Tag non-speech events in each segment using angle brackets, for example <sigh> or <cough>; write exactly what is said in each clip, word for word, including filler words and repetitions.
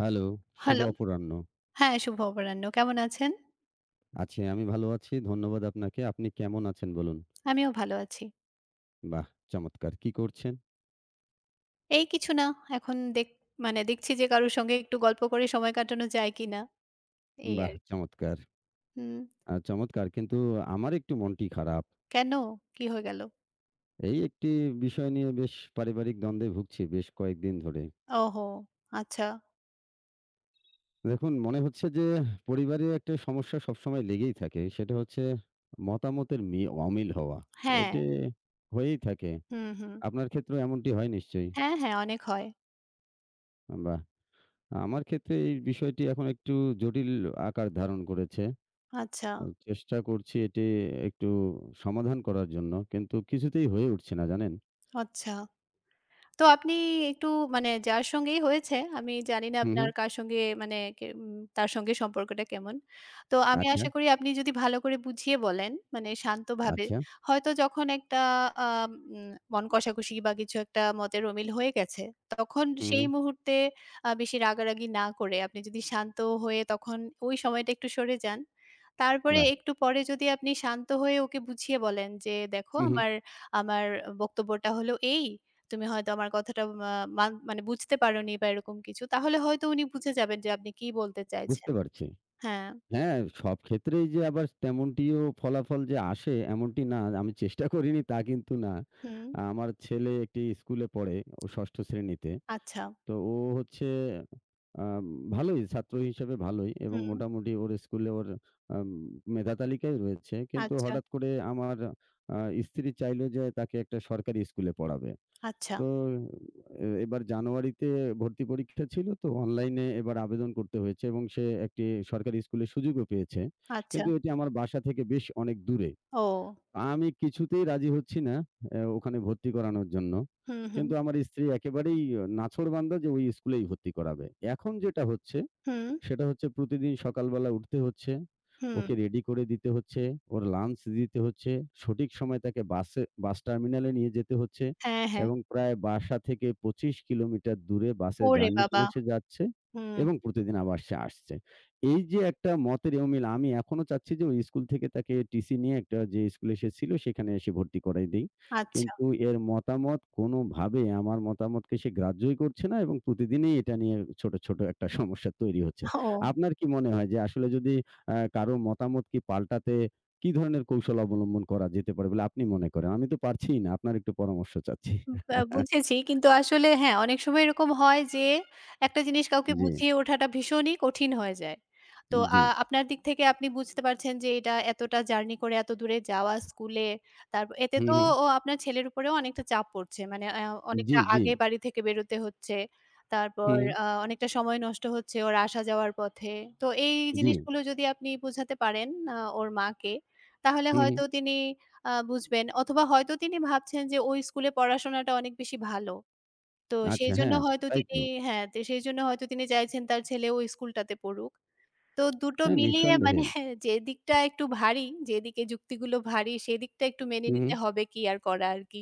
Hello, শুভ hello. অপরাহ্ন। হ্যাঁ, শুভ অপরাহ্ন। কেমন আছেন? আছি, আমি ভালো আছি। ধন্যবাদ আপনাকে। আপনি কেমন আছেন বলুন? আমিও ভালো আছি। বাহ! চমৎকার। কি করছেন? এই কিছু না। এখন দেখ মানে দেখছি যে কারোর সঙ্গে একটু গল্প করে সময় কাটানো যায় কিনা। এই বাহ! আর কি। চমৎকার। হুম। আ চমৎকার। কিন্তু আমার একটু মনটি খারাপ। কেন? কি হয়ে গেল? এই একটি বিষয় নিয়ে বেশ পারিবারিক দ্বন্দ্বে ভুগছি বেশ কয়েকদিন ধরে। ওহো! আচ্ছা। দেখুন মনে হচ্ছে যে পরিবারে একটা সমস্যা সবসময় লেগেই থাকে। সেটা হচ্ছে মতামতের মি অমিল হওয়া। হ্যাঁ। এটি হয়েই থাকে। হুম, হুম। আপনার ক্ষেত্রেও এমনটি হয় নিশ্চয়ই? হ্যাঁ, হ্যাঁ অনেক হয়। বাহ! আমার ক্ষেত্রে এই বিষয়টি এখন একটু জটিল আকার ধারণ করেছে। আচ্ছা, আ চেষ্টা করছি এটি একটু সমাধান করার জন্য। কিন্তু কিছুতেই হয়ে উঠছে না জানেন? আচ্ছা। তো আপনি একটু মানে যার সঙ্গেই হয়েছে, আমি জানি না হু, হু। আপনার কার সঙ্গে মানে কে উম তার সঙ্গে সম্পর্কটা কেমন। তো আমি আচ্ছা, আশা করি আপনি যদি ভালো করে বুঝিয়ে বলেন, মানে শান্তভাবে, আচ্ছা। হয়তো যখন একটা আ উম মন কষাকষি বা কিছু একটা মতের অমিল হয়ে গেছে, তখন হু, সেই হু। মুহূর্তে আ বেশি রাগারাগি না করে আপনি যদি শান্ত হয়ে তখন ওই সময়টা একটু সরে যান। তারপরে বাহ! একটু পরে যদি আপনি শান্ত হয়ে ওকে বুঝিয়ে বলেন যে, "দেখো হু, হু। আমার, আমার বক্তব্যটা হলো এই। তুমি হয়তো আমার কথাটা মা মান মানে বুঝতে পারোনি বা এরকম কিছু। তাহলে হয়তো উনি বুঝে যাবেন যে আপনি কি বলতে চাইছেন। বুঝতে পারছি। হ্যাঁ, হ্যাঁ, সব ক্ষেত্রেই যে আবার তেমনটিও ফলাফল যে আসে এমনটি না। আমি চেষ্টা করিনি তা কিন্তু না। হুম, আমার ছেলে একটি স্কুলে পড়ে, ও ৬ষ্ঠ শ্রেণীতে। আচ্ছা, তো ও হচ্ছে আম ভালোই ছাত্র হিসেবে ভালোই এবং হুম, মোটামুটি ওর স্কুলে ওর আম মেধা তালিকায় রয়েছে। কিন্তু আচ্ছা, হঠাৎ করে আমার আ স্ত্রী চাইলো যে তাকে একটা সরকারি স্কুলে পড়াবে। আচ্ছা, তো এ এবার জানুয়ারিতে ভর্তি পরীক্ষা ছিল তো অনলাইনে এবার আবেদন করতে হয়েছে এবং সে একটি সরকারি স্কুলের সুযোগও পেয়েছে। আচ্ছা। কিন্তু এটি আমার বাসা থেকে বেশ অনেক দূরে। ও! আমি কিছুতেই রাজি হচ্ছি না অ্যা ওখানে ভর্তি করানোর জন্য। হুম, হুম, কিন্তু আমার স্ত্রী একেবারেই নাছোড়বান্দা যে ওই স্কুলেই ভর্তি করাবে। এখন যেটা হচ্ছে হুম, সেটা হচ্ছে প্রতিদিন সকালবেলা উঠতে হচ্ছে। হুম। ওকে রেডি করে দিতে হচ্ছে, ওর লাঞ্চ দিতে হচ্ছে, সঠিক সময়ে তাকে বাসে বাস টার্মিনালে নিয়ে যেতে হচ্ছে হ্যাঁ, হ্যাঁ। এবং প্রায় বাসা থেকে পঁচিশ কিলোমিটার দূরে বাসে ওরে জার্নি বাবা! করে সে যাচ্ছে হুম, এবং প্রতিদিন আবার সে আসছে। এই যে একটা মতের অমিল আমি এখনো চাচ্ছি যে ওই স্কুল থেকে তাকে টিসি নিয়ে একটা যে স্কুলে সে ছিল সেখানে এসে ভর্তি করাই দেই। আচ্ছা। কিন্তু এর মতামত কোনোভাবে আমার মতামতকে সে গ্রাহ্যই করছে না এবং প্রতিদিনই এটা নিয়ে ছোট, ছোট একটা সমস্যা তৈরি হচ্ছে। ও। আপনার কি মনে হয় যে আসলে যদি আ কারো মতামত কি পাল্টাতে কি ধরনের কৌশল অবলম্বন করা যেতে পারে বলে আপনি মনে করেন? আমি তো পারছিই না। আপনার একটু পরামর্শ চাচ্ছি। বা <laughs> বুঝেছি। কিন্তু আসলে হ্যাঁ, অনেক সময় এরকম হয় যে একটা জিনিস কাউকে জি, বুঝিয়ে ওঠাটা ভীষণই কঠিন হয়ে যায়। তো আ জি। আপনার দিক থেকে আপনি বুঝতে পারছেন যে এটা এতটা জার্নি করে এত দূরে যাওয়া স্কুলে, তারপ এতে হু, তো হু। ও আপনার ছেলের উপরেও অনেকটা চাপ পড়ছে। মানে আ অনেকটা জি, জি। আগে বাড়ি থেকে বেরোতে হচ্ছে। হু, তারপর হু। আ অনেকটা সময় নষ্ট হচ্ছে ওর আসা যাওয়ার পথে। তো এই জি। জিনিসগুলো যদি আপনি বুঝাতে পারেন আ ওর মাকে, তাহলে হু, হু। হয়তো তিনি আ বুঝবেন। অথবা হয়তো তিনি ভাবছেন যে ওই স্কুলে পড়াশোনাটা অনেক বেশি ভালো। তো আচ্ছা সেইজন্য হ্যাঁ, হয়তো তাই তিনি তো। হ্যাঁ, তো সেইজন্য হয়তো তিনি চাইছেন তার ছেলে ওই স্কুলটাতে পড়ুক। তো দুটো হ্যাঁ, মিলিয়ে মানে নিঃসন্দেহে। <laughs> যে দিকটা একটু ভারী, যেদিকে যুক্তিগুলো ভারী সেদিকটা একটু মেনে হু, হু। নিতে হবে কি আর করা আরকি।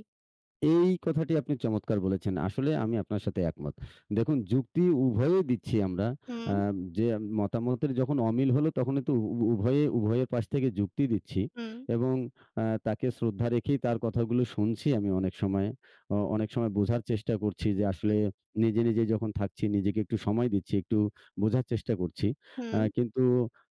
এই কথাটি আপনি চমৎকার বলেছেন। আসলে আমি আপনার সাথে একমত। দেখুন যুক্তি উভয়ে দিচ্ছি আমরা। হুম, আ যে মতামতের যখন অমিল হলো তখনই তো উ উ- উভয়ে উভয়ের পাশ থেকে যুক্তি দিচ্ছি হুম, এবং আ তাকে শ্রদ্ধা রেখেই তার কথাগুলো শুনছি আমি অনেক সময়। অ অনেক সময় বোঝার চেষ্টা করছি যে হুম, আসলে নিজে, নিজে যখন থাকছি নিজেকে একটু সময় দিচ্ছি, একটু বোঝার চেষ্টা করছি। আ হুম, কিন্তু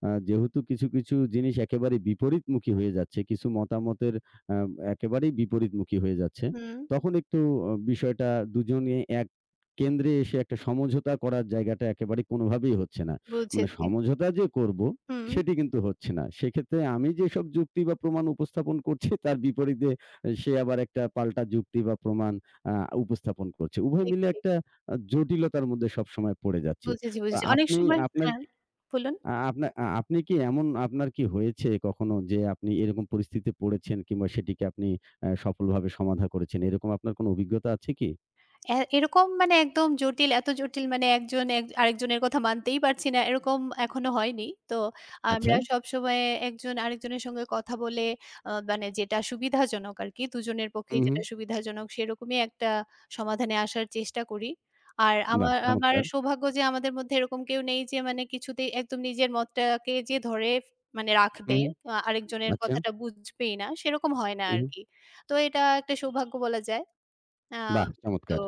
আ যেহেতু কিছু, কিছু জিনিস একেবারে বিপরীতমুখী হয়ে যাচ্ছে, কিছু মতামতের আ একেবারেই বিপরীতমুখী হয়ে যাচ্ছে। হুম তখন একটু অ বিষয়টা দুজনে এক কেন্দ্রে এসে একটা সমঝোতা করার জায়গাটা একেবারে কোনোভাবেই হচ্ছে না। মানে বুঝেছি। সমঝোতা যে করব, হুম, সেটি কিন্তু হচ্ছে না। সেক্ষেত্রে আমি যেসব যুক্তি বা প্রমাণ উপস্থাপন করছি তার বিপরীতে এ সে আবার একটা পাল্টা যুক্তি বা প্রমাণ আ উপস্থাপন করছে। উভয় ঠিক, মিলে ঠিক। একটা আ জটিলতার মধ্যে সবসময় পড়ে যাচ্ছি। বুঝেছি, তো বুঝেছি। অনেক আপনি সময় আপনার হ্যাঁ, বলুন। আ আপনা আ আপনি কি এমন আপনার কি হয়েছে কখনো যে আপনি এরকম পরিস্থিতিতে পড়েছেন কিংবা সেটিকে আপনি আ সফলভাবে সমাধা করেছেন? এরকম আপনার কোনো অভিজ্ঞতা আছে কি? এ এরকম মানে একদম জটিল, এত জটিল মানে একজন এক আরেকজনের কথা মানতেই পারছি না এরকম এখনো হয়নি। তো আচ্ছা। আমরা সবসময় একজন আরেকজনের সঙ্গে কথা বলে আ মানে যেটা সুবিধাজনক আরকি দুজনের পক্ষেই হুম, হুম। যেটা সুবিধাজনক সেরকমই একটা সমাধানে আসার চেষ্টা করি। আর বাহ! আমার আমার চমৎকার। সৌভাগ্য যে আমাদের মধ্যে এরকম কেউ নেই যে মানে কিছুতেই একদম নিজের মতটাকে যে ধরে মানে রাখবে হুম, হুম। আ আরেকজনের আচ্ছা। কথাটা বুঝবেই না সেরকম হয় না হুম, হুম। আরকি। তো এটা একটা সৌভাগ্য বলা যায়। আ বাহ! তো চমৎকার।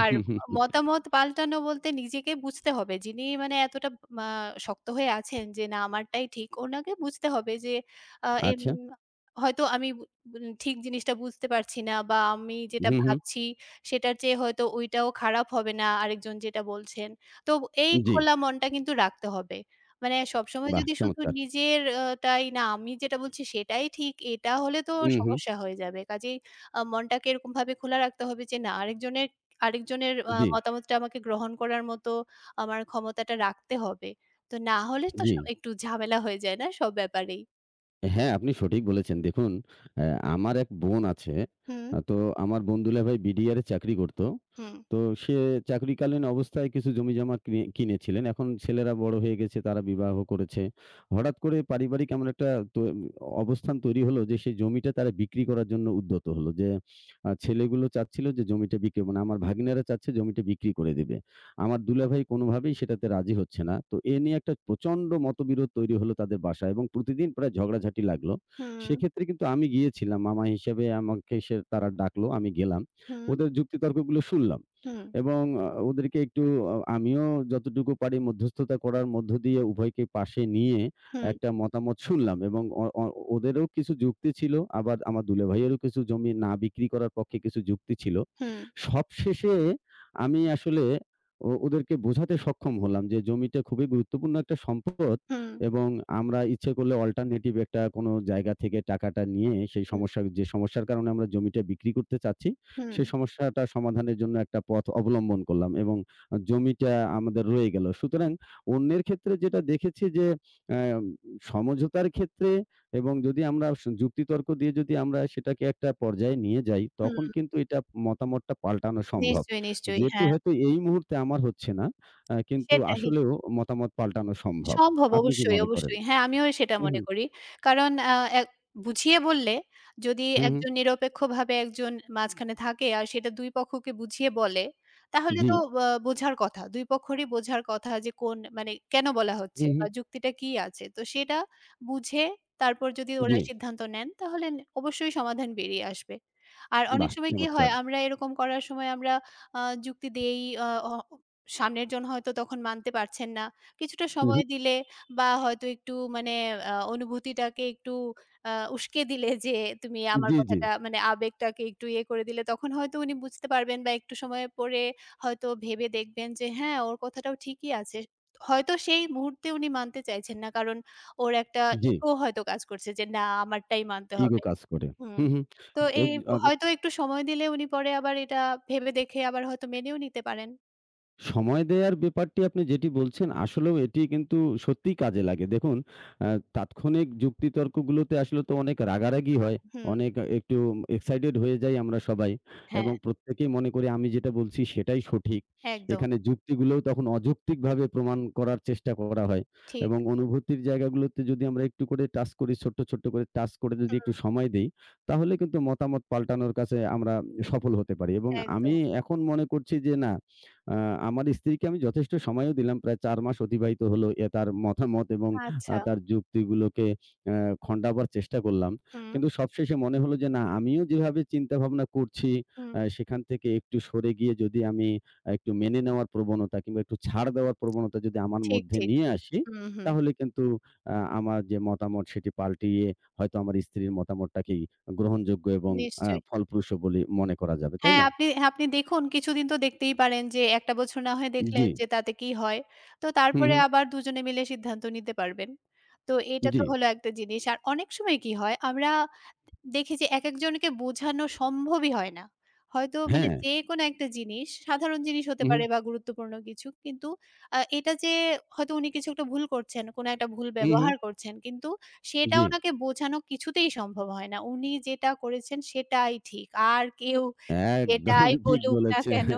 আর মতামত পাল্টানো বলতে নিজেকে বুঝতে হবে। যিনি মানে এতটা মা শক্ত হয়ে আছেন যে না আমারটাই ঠিক, উনাকে বুঝতে হবে যে আ এম আচ্ছা। হয়তো আমি বু বু- ঠিক জিনিসটা বুঝতে পারছি না বা আমি যেটা হুম, হুম। ভাবছি সেটার চেয়ে হয়তো ওইটাও খারাপ হবে না আরেকজন যেটা বলছেন। তো এই জি। খোলা মনটা কিন্তু রাখতে হবে। মানে সবসময় বাহ! যদি শুধু চমৎকার। নিজের আ টাই না আমি যেটা বলছি সেটাই ঠিক এটা হলে তো হুম, হুম। সমস্যা হয়ে যাবে। কাজেই আ মনটাকে এরকমভাবে খোলা রাখতে হবে যে না আরেকজনের আরেকজনের আ জি, হুম। মতামতটা আমাকে গ্রহণ করার মতো আমার ক্ষমতাটা রাখতে হবে। তো না হলে তো জি। স একটু ঝামেলা হয়ে যায় না সব ব্যাপারেই? হ্যাঁ, আপনি সঠিক বলেছেন। দেখুন, অ্যা আমার এক বোন আছে। হুম, আ তো আমার বোন দুলাভাই বিডিআর এ চাকরি করত। হুম, তো সে চাকরিকালীন অবস্থায় কিছু জমিজমা কিনে কিনেছিলেন। এখন ছেলেরা বড় হয়ে গেছে, তারা বিবাহ করেছে। হঠাৎ করে পারিবারিক এমন একটা তো অবস্থান তৈরি হলো যে, সেই জমিটা তারা বিক্রি করার জন্য উদ্যত হলো। যে আ ছেলেগুলো চাচ্ছিল যে জমিটা বিক্রি মানে আমার ভাগিনারা চাচ্ছে জমিটা বিক্রি করে দিবে। আমার দুলাভাই কোনোভাবেই সেটাতে রাজি হচ্ছে না। তো এ নিয়ে একটা প্রচন্ড মতবিরোধ তৈরি হলো তাদের বাসায় এবং প্রতিদিন প্রায় ঝগড়াঝাটি লাগলো। হুম, সেক্ষেত্রে কিন্তু আমি গিয়েছিলাম মামা হিসেবে আমাকে সে তারা ডাকলো, আমি গেলাম। হুম, ওদের যুক্তিতর্কগুলো শুনলাম হুম, এবং আ ওদেরকে একটু আ আমিও যতটুকু পারি মধ্যস্থতা করার মধ্য দিয়ে উভয়কে পাশে নিয়ে হুম, একটা মতামত শুনলাম এবং অ অ ওদেরও কিছু যুক্তি ছিল, আবার আমার দুলাভাইয়েরও কিছু জমি না বিক্রি করার পক্ষে কিছু যুক্তি ছিল। হুম, সবশেষে আমি আসলে ও ওদেরকে বোঝাতে সক্ষম হলাম যে জমিটা খুবই গুরুত্বপূর্ণ একটা সম্পদ হুম, এবং আমরা ইচ্ছে করলে অল্টারনেটিভ একটা কোনো জায়গা থেকে টাকাটা নিয়ে সেই হুম, সমস্যা যে সমস্যার কারণে আমরা জমিটা বিক্রি করতে চাচ্ছি, হুম, সেই সমস্যাটা সমাধানের জন্য একটা পথ অবলম্বন করলাম এবং আ জমিটা আমাদের রয়ে গেল। সুতরাং অন্যের ক্ষেত্রে যেটা দেখেছি যে অ্যাম সমঝোতার ক্ষেত্রে এবং যদি আমরা স যুক্তিতর্ক দিয়ে যদি আমরা সেটাকে একটা পর্যায়ে নিয়ে যাই, তখন হুম। কিন্তু এটা মতামতটা পাল্টানো সম্ভব। নিশ্চয়ই, নিশ্চয়ই। যেটি হ্যাঁ, হয়তো এই মুহূর্তে আমার হচ্ছে না। আ কিন্তু সেটাই। আসলেও মতামত পাল্টানো সম্ভব। সম্ভব আপনি কি অবশ্যই, মনে করেন? অবশ্যই। হ্যাঁ, আমিও সেটা হু, হু, মনে করি। কারণ আ এক বুঝিয়ে বললে যদি হু, হু। একজন নিরপেক্ষভাবে একজন মাঝখানে থাকে আর সেটা দুই পক্ষকে বুঝিয়ে বলে, তাহলে জি। তো আ বোঝার কথা। দুই পক্ষেরই বোঝার কথা যে কোন মানে কেন বলা হু, হচ্ছে হু। বা যুক্তিটা কি আছে। তো সেটা বুঝে তারপর যদি জি। ওরা সিদ্ধান্ত নেন তাহলে নে অবশ্যই সমাধান বেরিয়ে আসবে। আর অনেক বাহ! সময় কি হয় চমৎকার। আমরা এরকম করার সময় আমরা আ যুক্তি দেই আ অ সামনের জন হয়তো তখন মানতে পারছেন না। কিছুটা হু, হু। সময় দিলে বা হয়তো একটু মানে আ অনুভূতিটাকে একটু আ উস্কে দিলে যে তুমি আমার জি, জি, কথাটা মানে আবেগটাকে একটু ইয়ে করে দিলে তখন হয়তো উনি বুঝতে পারবেন বা একটু সময় পরে হয়তো ভেবে দেখবেন যে হ্যাঁ, ওর কথাটাও ঠিকই আছে। হয়তো সেই মুহূর্তে উনি মানতে চাইছেন না। কারণ ওর একটা জি। ইগো হয়তো কাজ করছে যে না আমারটাই মানতে ইগো হবে। কাজ করে। হুম। হু, হু। তো এই এর আ হয়তো একটু সময় দিলে উনি পরে আবার এটা ভেবে দেখে আবার হয়তো মেনেও নিতে পারেন। সময় দেয়ার ব্যাপারটি আপনি যেটি বলছেন, আসলেও এটি কিন্তু সত্যিই কাজে লাগে। দেখুন, আ তাৎক্ষণিক যুক্তিতর্কগুলোতে আসলে তো অনেক রাগারাগি হয়। হুম, অনেক একটু এক্সাইটেড হয়ে যাই আমরা সবাই হ্যাঁ, এবং প্রত্যেকেই মনে করি আমি যেটা বলছি সেটাই সঠিক। একদম এখানে যুক্তিগুলোও তখন অযৌক্তিকভাবে প্রমাণ করার চেষ্টা করা হয় ঠিক। এবং অনুভূতির জায়গাগুলোতে যদি আমরা একটু করে টাচ করি, ছোট্ট, ছোট্ট করে টাচ করে যদি একটু হুম, সময় দেই, তাহলে কিন্তু মতামত পাল্টানোর কাছে আমরা সফল হতে পারি এবং আমি একদম। এখন মনে করছি যে না আ আমার স্ত্রীকে আমি যথেষ্ট সময়ও দিলাম। প্রায় চার মাস অতিবাহিত হলো। এ তার মতামত এবং আ আচ্ছা। তার যুক্তিগুলোকে অ্যা খন্ডাবার চেষ্টা করলাম। হুম, কিন্তু সবশেষে মনে হলো যে না, আমিও যেভাবে চিন্তাভাবনা করছি হুম। আ সেখান থেকে একটু সরে গিয়ে যদি আমি একটু মেনে নেওয়ার প্রবণতা কিংবা একটু ছাড় দেওয়ার প্রবণতা যদি আমার ঠিক, মধ্যে ঠিক। নিয়ে আসি, হুম, হুম। তাহলে কিন্তু আ আমার যে মতামত সেটি পাল্টিয়ে হয়তো আমার স্ত্রীর মতামতটাকেই গ্রহণযোগ্য এবং আ নিশ্চয়ই। ফলপ্রসূ বলে মনে করা যাবে। তাই হ্যাঁ, না? আপনি আপনি দেখুন কিছুদিন তো দেখতেই পারেন যে এক টা বছর না হয়ে জি। দেখলেন যে তাতে কি হয়। তো হু, তারপরে হু। আবার দুজনে মিলে সিদ্ধান্ত নিতে পারবেন। তো এটা জি। তো হলো একটা জিনিস। আর অনেক সময় কি হয় আমরা দেখি যে একেকজনকে বোঝানো সম্ভবই হয় না। হয়তো মানে হ্যাঁ। যেকোনো একটা জিনিস, সাধারণ জিনিস হতে হু, হু, পারে বা গুরুত্বপূর্ণ কিছু। কিন্তু আ এটা যে হয়তো উনি কিছু একটা ভুল করছেন, কোনো একটা ভুল হু, হু, ব্যবহার করছেন। কিন্তু সেটা জি। উনাকে বোঝানো কিছুতেই সম্ভব হয় না। উনি যেটা করেছেন সেটাই ঠিক। আর কেউ একদম যেটাই <laughs> ঠিক বলুক না বলেছে। কেন,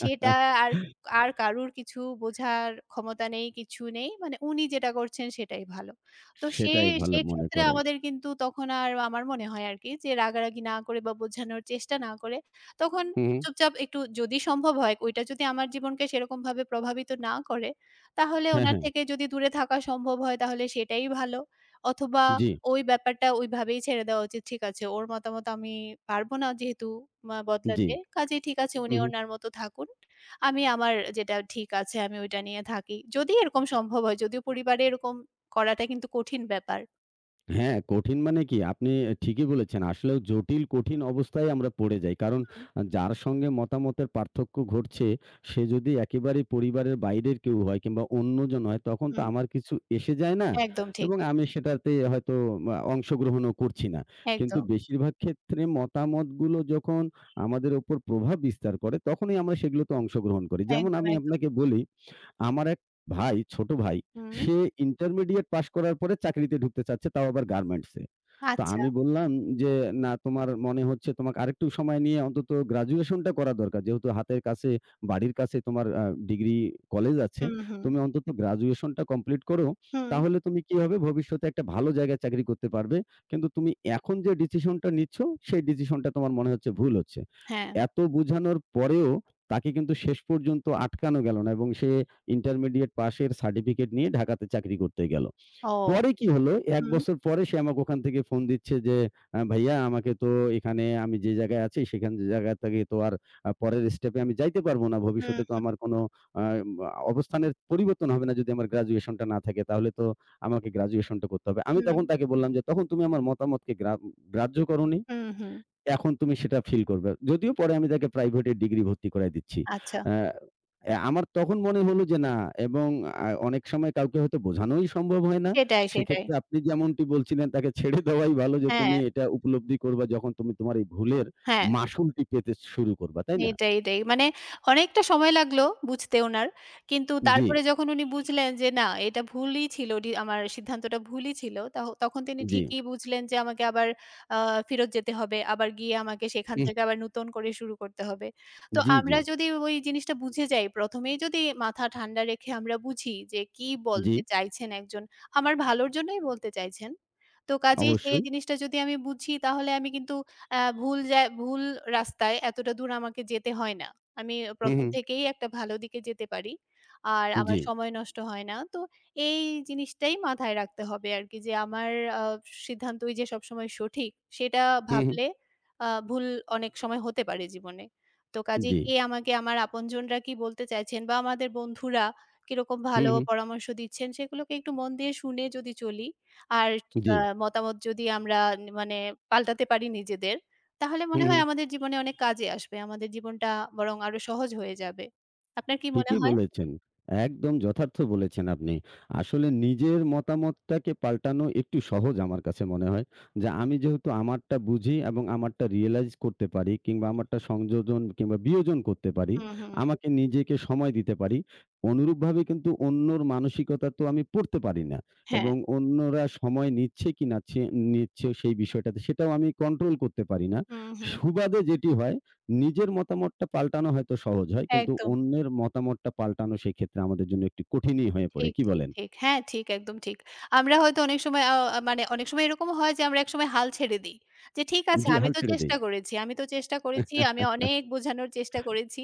সেটা আর আর কারুর কিছু বোঝার ক্ষমতা নেই, কিছু নেই। মানে উনি যেটা করছেন সেটাই ভালো। তো সে সেটাই ভালো মনে সেক্ষেত্রে করে। আমাদের কিন্তু তখন আর আমার মনে হয় আরকি যে রাগারাগি না করে বা বোঝানোর চেষ্টা না করে, তখন হু, হু। চুপচাপ একটু যদি সম্ভব হয় ওইটা যদি আমার জীবনকে সেরকমভাবে প্রভাবিত না করে, তাহলে হ্যাঁ, ওনার হ্যাঁ। থেকে যদি দূরে থাকা সম্ভব হয় তাহলে সেটাই ভালো। অথবা জি, ওই ব্যাপারটা ওইভাবেই ছেড়ে দেওয়া উচিত। ঠিক আছে, ওর মতামত আমি পারব না যেহেতু মা জি। বদলাতে। কাজেই ঠিক আছে হু, উনি হু। ওনার মতো থাকুন। আমি আমার যেটা ঠিক আছে আমি ওইটা নিয়ে থাকি। যদি এরকম সম্ভব হয়, যদিও পরিবারে এরকম করাটা কিন্তু কঠিন ব্যাপার। হ্যাঁ, কঠিন মানে কি? আপনি ঠিকই বলেছেন। আসলেও জটিল কঠিন অবস্থায় আমরা পড়ে যাই। কারণ হুম, আ যার সঙ্গে মতামতের পার্থক্য ঘটছে, সে যদি একেবারেই পরিবারের বাইরের কেউ হয় কিংবা অন্যজন হয়, তখন তো হুম। আমার কিছু এসে যায় না একদম ঠিক। এবং আমি সেটাতে হয়তো আ অংশগ্রহণও করছি না। কিন্তু একদম, বেশিরভাগ ক্ষেত্রে মতামতগুলো যখন আমাদের উপর প্রভাব বিস্তার করে, তখনই আমরা সেগুলোতে অংশগ্রহণ করি। যেমন একদম, আমি একদম। আপনাকে বলি আমার এক ভাই, ছোট ভাই, হুম, সে ইন্টারমিডিয়েট পাস করার পরে চাকরিতে ঢুকতে চাচ্ছে তাও আবার গার্মেন্টস এ। তো আচ্ছা। আমি বললাম যে, "না তোমার মনে হচ্ছে তোমাকে আরেকটু সময় নিয়ে অন্তত গ্র্যাজুয়েশনটা করা দরকার। যেহেতু হাতের কাছে, বাড়ির কাছে তোমার আ ডিগ্রি কলেজ আছে। হুম, হুম, তুমি অন্তত গ্র্যাজুয়েশনটা কমপ্লিট করো। হুম। তাহলে তুমি কি হবে ভবিষ্যতে একটা ভালো জায়গায় চাকরি করতে পারবে। কিন্তু তুমি এখন যে ডিসিশনটা নিচ্ছ, সেই ডিসিশনটা তোমার মনে হচ্ছে ভুল হচ্ছে।" হ্যাঁ। এত বুঝানোর পরেও তাকে কিন্তু শেষ পর্যন্ত আটকানো গেল না এবং সে ইন্টারমিডিয়েট পাসের সার্টিফিকেট নিয়ে ঢাকাতে চাকরি করতে গেল। ও! পরে কি হলো, এক হুম, বছর পরে সে আমাকে ওখান থেকে ফোন দিচ্ছে যে, আ "ভাইয়া আমাকে তো এখানে আমি যে জায়গায় আছি সেখান যে জায়গা থেকে তো আর আ পরের স্টেপে আমি যাইতে পারব না। হুম, ভবিষ্যতে তো আমার কোনো আ অবস্থানের পরিবর্তন হবে না যদি আমার গ্র্যাজুয়েশনটা না থাকে। তাহলে তো আমাকে গ্র্যাজুয়েশনটা করতে হবে।" আমি হুম, তখন তাকে বললাম যে, "তখন তুমি আমার মতামতকে গ্রা গ্রাহ্য করোনি। হুম, হুম। এখন তুমি সেটা ফিল করবে।" যদিও পরে আমি তাকে প্রাইভেটে ডিগ্রি ভর্তি করায় দিচ্ছি। আচ্ছা। অ্যা অ্যা আমার তখন মনে হলো যে না এবং আ অনেক সময় কাউকে হয়তো বোঝানোই সম্ভব হয় না। সেটাই, সেটাই। সেক্ষেত্রে আপনি যেমনটি বলছিলেন তাকে ছেড়ে দেওয়াই ভালো যে হ্যাঁ, তুমি এটা উপলব্ধি করবা যখন তুমি তোমার এই ভুলের হ্যাঁ। মাসুলটি পেতে শুরু করবা। তাই না? এটাই, এটাই। মানে অনেকটা সময় লাগলো বুঝতে উনার। কিন্তু জি, তারপরে যখন উনি বুঝলেন যে না এটা ভুলই ছিল, ডি আমার সিদ্ধান্তটা ভুলই ছিল। তাহ তখন তিনি জি। ঠিকই বুঝলেন যে আমাকে আবার আ ফেরত যেতে হবে। আবার গিয়ে আমাকে সেখান হুম, থেকে আবার নূতন করে শুরু করতে হবে। তো জি, আমরা জি, যদি ওই জিনিসটা বুঝে যাই, প্রথম এই যদি মাথা ঠান্ডা রেখে আমরা বুঝি যে কি জি। বলতে চাইছেন একজন, আমার ভালোর জন্যই বলতে চাইছেন। তো কাজেই সেই অবশ্যই। জিনিসটা যদি আমি বুঝি তাহলে আমি কিন্তু আ ভুল জায় ভুল রাস্তায় এতটা দূর আমাকে যেতে হয় না। আমি হু, প্রথম হু। থেকেই একটা ভালো দিকে যেতে পারি। আর জি। আমার সময় নষ্ট হয় না। তো এই জিনিসটাই মাথায় রাখতে হবে আরকি যে আমার আ সিদ্ধান্তই যে সবসময় সঠিক সেটা হু, হু। ভাবলে আ ভুল অনেক সময় হতে পারে জীবনে। তো কাজেই জি। কে আমাকে আমার আপনজনরা কি বলতে চাইছেন বা আমাদের বন্ধুরা কিরকম হু, ভালো হু। পরামর্শ দিচ্ছেন সেগুলোকে একটু মন দিয়ে শুনে যদি চলি আর জি। আ মতামত যদি আমরা মানে পাল্টাতে পারি নিজেদের তাহলে হু, মনে হু। হয় আমাদের জীবনে অনেক কাজে আসবে। আমাদের জীবনটা বরং আরো সহজ হয়ে যাবে। আপনার কি মনে ঠিকই হয়? বলেছেন। একদম যথার্থ বলেছেন আপনি। আসলে নিজের মতামতটাকে পাল্টানো একটু সহজ আমার কাছে মনে হয়। যে আমি যেহেতু আমারটা বুঝি এবং আমারটা রিয়ালাইজ করতে পারি কিংবা আমারটা সংযোজন কিংবা বিয়োজন করতে পারি। হুম, হুম। আমাকে নিজেকে সময় দিতে পারি। অনুরূপভাবে কিন্তু অন্যর মানসিকতা তো আমি পড়তে পারি না। হ্যাঁ। এবং অন্যরা সময় নিচ্ছে কি নাচ্ছে নিচ্ছে সেই বিষয়টাতে সেটাও আমি কন্ট্রোল করতে পারি না। হুম, হুম। সুবাদে যেটি হয় নিজের মতামতটা পাল্টানো হয়তো সহজ হয়। কিন্তু একদম। অন্যের মতামতটা পাল্টানো সেক্ষেত্রে আমাদের জন্য একটু কঠিনই হয়ে পড়ে। ঠিক, কি ঠিক, বলেন? ঠিক। হ্যাঁ, ঠিক, একদম ঠিক। আমরা হয়তো অনেক সময় আ আ, মানে অনেক সময় এরকমও হয় যে আমরা একসময় হাল ছেড়ে দেই। যে ঠিক আছে জি, আমি হাল তো ছেড়ে দেই। চেষ্টা করেছি, আমি তো চেষ্টা করেছি, আমি অনেক <laughs> বোঝানোর চেষ্টা করেছি।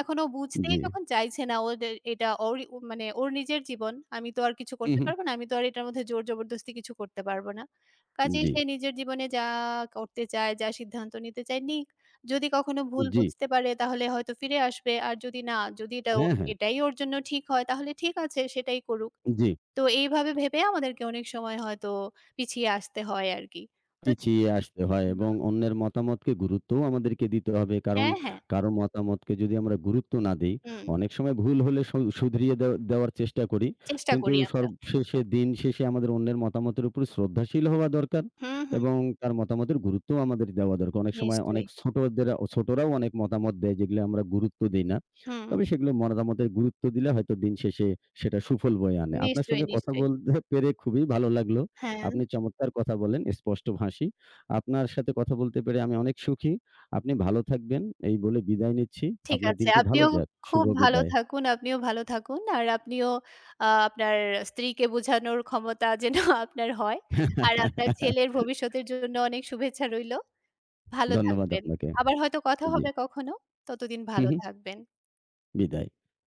এখন ও বুঝতেই জি। যখন চাইছে না ওর এটা ওরই মানে ওর নিজের জীবন। আমি তো আর কিছু হু, করতে হু। পারব না। আমি তো আর এটার মধ্যে জোর জবরদস্তি কিছু করতে পারব না। কাজেই জি, সে নিজের জীবনে যা করতে চায়, যা সিদ্ধান্ত নিতে চায় নিক। যদি কখনো ভুল জি। বুঝতে পারে তাহলে হয়তো ফিরে আসবে। আর যদি না, যদি এটা জি ও হ্যাঁ, হ্যাঁ। এটাই ওর জন্য ঠিক হয় তাহলে ঠিক আছে সেটাই করুক। জি। তো এইভাবে ভেবে আমাদেরকে অনেক সময় হয়তো পিছিয়ে আসতে হয় আরকি। তো পিছিয়ে আসতে হয় হুম। এবং অন্যের মতামতকে গুরুত্বও আমাদেরকে দিতে হবে। কারণ হ্যাঁ, হ্যাঁ। কারো মতামতকে যদি আমরা গুরুত্ব না দেই, হুম, অনেক সময় ভুল হলে সু শুধরিয়ে দেও দেওয়ার চেষ্টা করি। চেষ্টা কিন্তু করি আমরা। সবশেষে দিন শেষে আমাদের অন্যের মতামতের উপর শ্রদ্ধাশীল হওয়া দরকার হুম, হুম। এবং তার মতামতের গুরুত্বও আমাদের দেওয়া দরকার। অনেক সময় নিশ্চয়ই। অনেক ছোটদের ছোটরাও অনেক মতামত দেয় যেগুলো আমরা গুরুত্ব দেই না। হুম। তবে সেগুলো মতামতের গুরুত্ব দিলে হয়তো দিন শেষে সেটা সুফল বয়ে আনে। আপনার নিশ্চয়ই, সঙ্গে কথা নিশ্চয়ই। বলতে পেরে খুবই ভালো লাগলো। হ্যাঁ, আপনি চমৎকার কথা বলেন, স্পষ্টভাষী। আপনার সাথে কথা বলতে পেরে আমি অনেক সুখী। আপনি ভালো থাকবেন এই বলে বিদায় নিচ্ছি। ঠিক আপনার আছে। দিনটি ভালো আপনিও যাক। শুভ খুব ভালো বিদায়। থাকুন, আপনিও ভালো থাকুন। আর আপনিও আ আপনার স্ত্রীকে বোঝানোর ক্ষমতা যেন <laughs> আপনার হয়। আর আপনার ছেলের <laughs> ভবিষ্যতের জন্য অনেক শুভেচ্ছা রইল। ভালো ধন্যবাদ থাকবেন। আপনাকে। আবার হয়তো কথা জি। হবে কখনো। ততদিন হু, ভালো হু। থাকবেন। বিদায়।